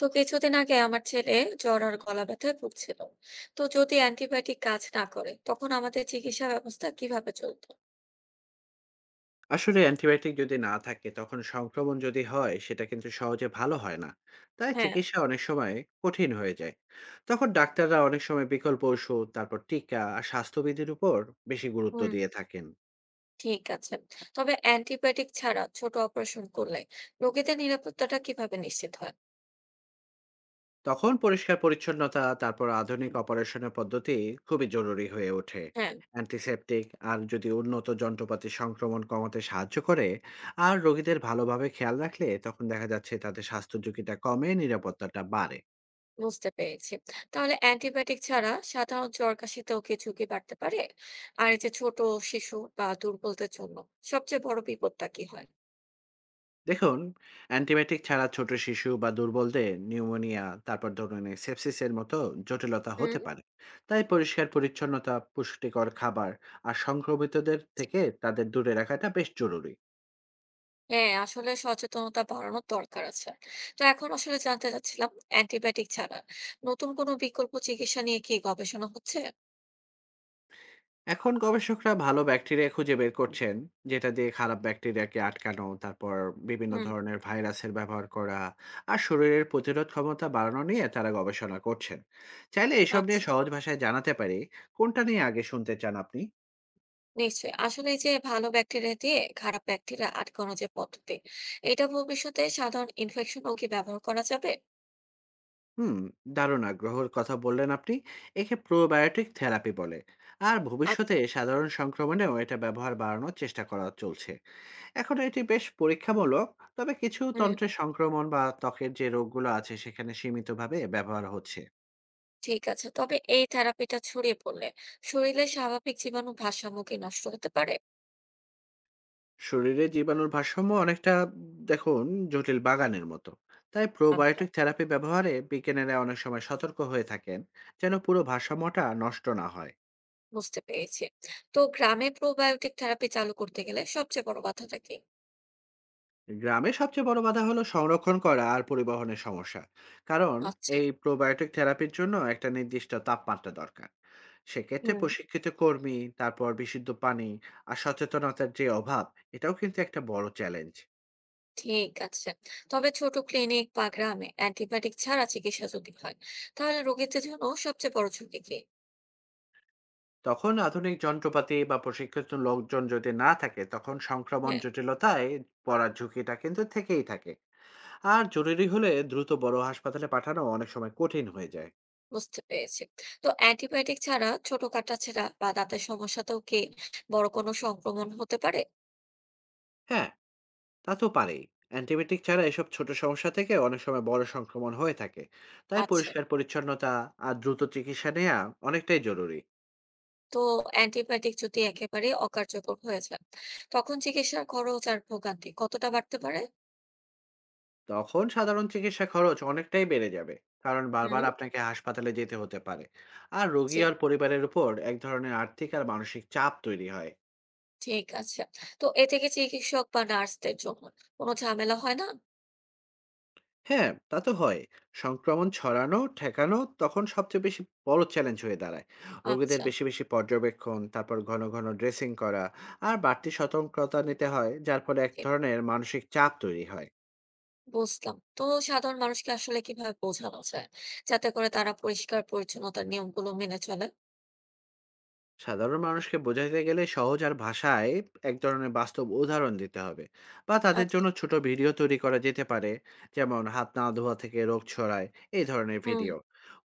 তো কিছুদিন আগে আমার ছেলে জ্বর আর গলা ব্যথায় ভুগছিল। তো যদি অ্যান্টিবায়োটিক কাজ না করে তখন আমাদের চিকিৎসা ব্যবস্থা কিভাবে চলতো? আসলে অ্যান্টিবায়োটিক যদি না থাকে তখন সংক্রমণ যদি হয় সেটা কিন্তু সহজে ভালো হয় না। তাই হ্যাঁ। চিকিৎসা অনেক সময় কঠিন হয়ে যায়। তখন ডাক্তাররা অনেক সময় বিকল্প ওষুধ তারপর টিকা আর স্বাস্থ্যবিধির উপর বেশি গুরুত্ব হুম দিয়ে থাকেন। ঠিক আছে, তবে অ্যান্টিবায়োটিক ছাড়া ছোট অপারেশন করলে রোগীদের নিরাপত্তাটা কিভাবে নিশ্চিত হয়? তখন পরিষ্কার পরিচ্ছন্নতা তারপর আধুনিক অপারেশনের পদ্ধতি খুবই জরুরি হয়ে ওঠে। হ্যাঁ। অ্যান্টিসেপটিক আর যদি উন্নত যন্ত্রপাতি সংক্রমণ কমাতে সাহায্য করে আর রোগীদের ভালোভাবে খেয়াল রাখলে তখন দেখা যাচ্ছে তাদের স্বাস্থ্য ঝুঁকিটা কমে নিরাপত্তাটা বাড়ে। বুঝতে পেরেছি, তাহলে অ্যান্টিবায়োটিক ছাড়া সাধারণ জ্বর কাশিতেও কি ঝুঁকি বাড়তে পারে? আর এই যে ছোট শিশু বা দুর্বলদের জন্য সবচেয়ে বড় বিপদটা কি হয়? দেখুন, অ্যান্টিবায়োটিক ছাড়া ছোট শিশু বা দুর্বলদের নিউমোনিয়া তারপর ধরুন সেপসিসের মতো জটিলতা হুম। হতে পারে। তাই পরিষ্কার পরিচ্ছন্নতা, পুষ্টিকর খাবার আর সংক্রমিতদের থেকে তাদের দূরে রাখাটা বেশ জরুরি। হ্যাঁ, আসলে সচেতনতা বাড়ানোর দরকার আছে। তো এখন আসলে জানতে চাচ্ছিলাম অ্যান্টিবায়োটিক ছাড়া নতুন কোনো বিকল্প চিকিৎসা নিয়ে কি গবেষণা হচ্ছে? এখন গবেষকরা ভালো ব্যাকটেরিয়া খুঁজে বের করছেন যেটা দিয়ে খারাপ ব্যাকটেরিয়াকে আটকানো, তারপর বিভিন্ন হুম, ধরনের ভাইরাসের ব্যবহার করা আর শরীরের প্রতিরোধ ক্ষমতা বাড়ানো নিয়ে তারা গবেষণা করছেন। চাইলে এসব নিয়ে আচ্ছা। সহজ ভাষায় জানাতে পারি। কোনটা নিয়ে আগে শুনতে চান আপনি? নিশ্চয়ই। আসলে এই যে ভালো ব্যাকটেরিয়া দিয়ে খারাপ ব্যাকটেরিয়া আটকানো যে পদ্ধতি, এটা ভবিষ্যতে সাধারণ ইনফেকশনেও কি ব্যবহার করা যাবে? হুম, দারুণ আগ্রহের কথা বললেন আপনি। একে প্রোবায়োটিক থেরাপি বলে। আর ভবিষ্যতে আচ্ছা। সাধারণ সংক্রমণেও এটা ব্যবহার বাড়ানোর চেষ্টা করা চলছে। এখন এটি বেশ পরীক্ষামূলক, তবে কিছু হুম, তন্ত্রের সংক্রমণ বা ত্বকের যে রোগগুলো আছে সেখানে সীমিতভাবে ব্যবহার হচ্ছে। ঠিক আছে। তবে এই থেরাপিটা ছড়িয়ে পড়লে শরীরে স্বাভাবিক জীবাণু ভারসাম্য কি নষ্ট হতে পারে? শরীরে জীবাণুর ভারসাম্য অনেকটা, দেখুন, জটিল বাগানের মতো। তাই আচ্ছা, প্রোবায়োটিক থেরাপি ব্যবহারে বিজ্ঞানীরা অনেক সময় সতর্ক হয়ে থাকেন, যেন পুরো ভারসাম্যটা নষ্ট না হয়। বুঝতে পেরেছি। তো গ্রামে প্রোবায়োটিক থেরাপি চালু করতে গেলে সবচেয়ে বড় বাধাটা কি? গ্রামে সবচেয়ে বড় বাধা হলো সংরক্ষণ করা আর পরিবহনের সমস্যা। কারণ আচ্ছা। এই প্রোবায়োটিক থেরাপির জন্য একটা নির্দিষ্ট তাপমাত্রা দরকার। সেক্ষেত্রে হুম, প্রশিক্ষিত কর্মী, তারপর বিশুদ্ধ পানি আর সচেতনতার যে অভাব, এটাও কিন্তু একটা বড় চ্যালেঞ্জ। ঠিক আছে। তবে ছোট ক্লিনিক বা গ্রামে অ্যান্টিবায়োটিক ছাড়া চিকিৎসা যদি হয়, তাহলে রোগীদের জন্য সবচেয়ে বড় ঝুঁকি কি? তখন আধুনিক যন্ত্রপাতি বা প্রশিক্ষিত লোকজন যদি না থাকে তখন সংক্রমণ হ্যাঁ, জটিলতায় পড়ার ঝুঁকিটা কিন্তু থেকেই থাকে। আর জরুরি হলে দ্রুত বড় হাসপাতালে পাঠানো অনেক সময় কঠিন হয়ে যায়। বুঝতে পেরেছি। তো অ্যান্টিবায়োটিক ছাড়া ছোট কাটাছেঁড়া বা দাঁতের সমস্যাতেও কি বড় কোনো সংক্রমণ হতে পারে? হ্যাঁ, তা তো পারেই। অ্যান্টিবায়োটিক ছাড়া এসব ছোট সমস্যা থেকে অনেক সময় বড় সংক্রমণ হয়ে থাকে। তাই আচ্ছা, পরিষ্কার পরিচ্ছন্নতা আর দ্রুত চিকিৎসা নেওয়া অনেকটাই জরুরি। তো অ্যান্টিবায়োটিক যদি একেবারে অকার্যকর হয়ে যায়, তখন চিকিৎসার খরচ আর ভোগান্তি কতটা বাড়তে পারে? তখন সাধারণ চিকিৎসা খরচ অনেকটাই বেড়ে যাবে। কারণ বারবার হুম, আপনাকে হাসপাতালে যেতে হতে পারে। আর জি, রোগী আর পরিবারের উপর এক ধরনের আর্থিক আর মানসিক চাপ তৈরি হয়। ঠিক আছে। তো এ থেকে চিকিৎসক বা নার্সদের জন্য কোনো ঝামেলা হয় না? হ্যাঁ, তা তো হয়। সংক্রমণ ছড়ানো ঠেকানো তখন সবচেয়ে বেশি বড় চ্যালেঞ্জ হয়ে দাঁড়ায়। রোগীদের আচ্ছা। বেশি বেশি পর্যবেক্ষণ, তারপর ঘন, ঘন ড্রেসিং করা আর বাড়তি সতর্কতা নিতে হয়, যার ফলে এক ধরনের মানসিক চাপ তৈরি হয়। বুঝলাম। তো সাধারণ মানুষকে আসলে কিভাবে বোঝানো যায়? যাতে করে তারা পরিষ্কার পরিচ্ছন্নতার নিয়মগুলো মেনে চলে? সাধারণ মানুষকে বোঝাতে গেলে সহজ আর ভাষায় এক ধরনের বাস্তব উদাহরণ দিতে হবে, বা তাদের আচ্ছা। জন্য ছোট ভিডিও তৈরি করা যেতে পারে। যেমন হাত না ধোয়া থেকে রোগ ছড়ায়, এই ধরনের হুম, ভিডিও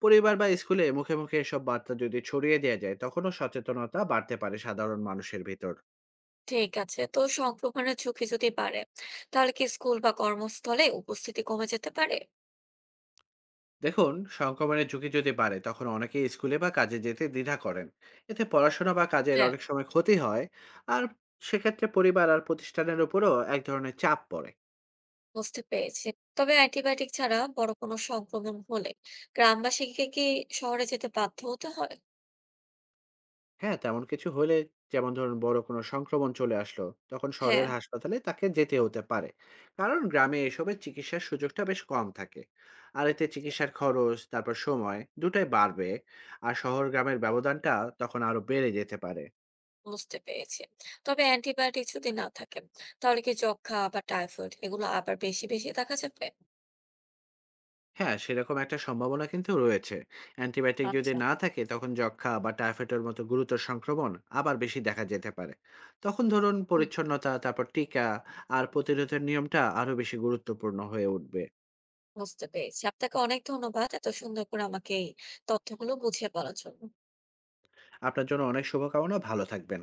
পরিবার বা স্কুলে মুখে মুখে এসব বার্তা যদি ছড়িয়ে দেওয়া যায় তখনও সচেতনতা বাড়তে পারে সাধারণ মানুষের ভিতর। ঠিক আছে। তো সংক্রমণের ঝুঁকি যদি বাড়ে, তাহলে কি স্কুল বা কর্মস্থলে উপস্থিতি কমে যেতে পারে? দেখুন, সংক্রমণের ঝুঁকি যদি বাড়ে তখন অনেকে স্কুলে বা কাজে যেতে দ্বিধা করেন। এতে পড়াশোনা বা কাজের হ্যাঁ, অনেক সময় ক্ষতি হয়। আর সেক্ষেত্রে পরিবার আর প্রতিষ্ঠানের উপরও এক ধরনের চাপ পড়ে। বুঝতে পেরেছি। তবে অ্যান্টিবায়োটিক ছাড়া বড় কোনো সংক্রমণ হলে গ্রামবাসীকে কি শহরে যেতে বাধ্য হতে হয়? হ্যাঁ, তেমন কিছু হলে, যেমন ধরুন বড় কোনো সংক্রমণ চলে আসলো, তখন হ্যাঁ, শহরের হাসপাতালে তাকে যেতে হতে পারে। কারণ গ্রামে এসবের চিকিৎসার সুযোগটা বেশ কম থাকে। আর এতে জি, চিকিৎসার খরচ, তারপর সময় দুটাই বাড়বে। আর শহর গ্রামের ব্যবধানটা তখন আরো বেড়ে যেতে পারে। বুঝতে পেরেছি। তবে অ্যান্টিবায়োটিক যদি না থাকে, তাহলে কি যক্ষ্মা বা টাইফয়েড এগুলো আবার বেশি বেশি দেখা যাবে? হ্যাঁ, সেরকম একটা সম্ভাবনা কিন্তু রয়েছে। অ্যান্টিবায়োটিক যদি আচ্ছা। না থাকে তখন যক্ষ্মা বা টাইফয়েডের মতো গুরুতর সংক্রমণ আবার বেশি দেখা যেতে পারে। তখন ধরুন পরিচ্ছন্নতা, তারপর টিকা আর প্রতিরোধের নিয়মটা আরো বেশি গুরুত্বপূর্ণ হয়ে উঠবে। বুঝতে পেরেছি। আপনাকে অনেক ধন্যবাদ এত সুন্দর করে আমাকে এই তথ্যগুলো বুঝিয়ে বলার জন্য। আপনার জন্য অনেক শুভকামনা। ভালো থাকবেন।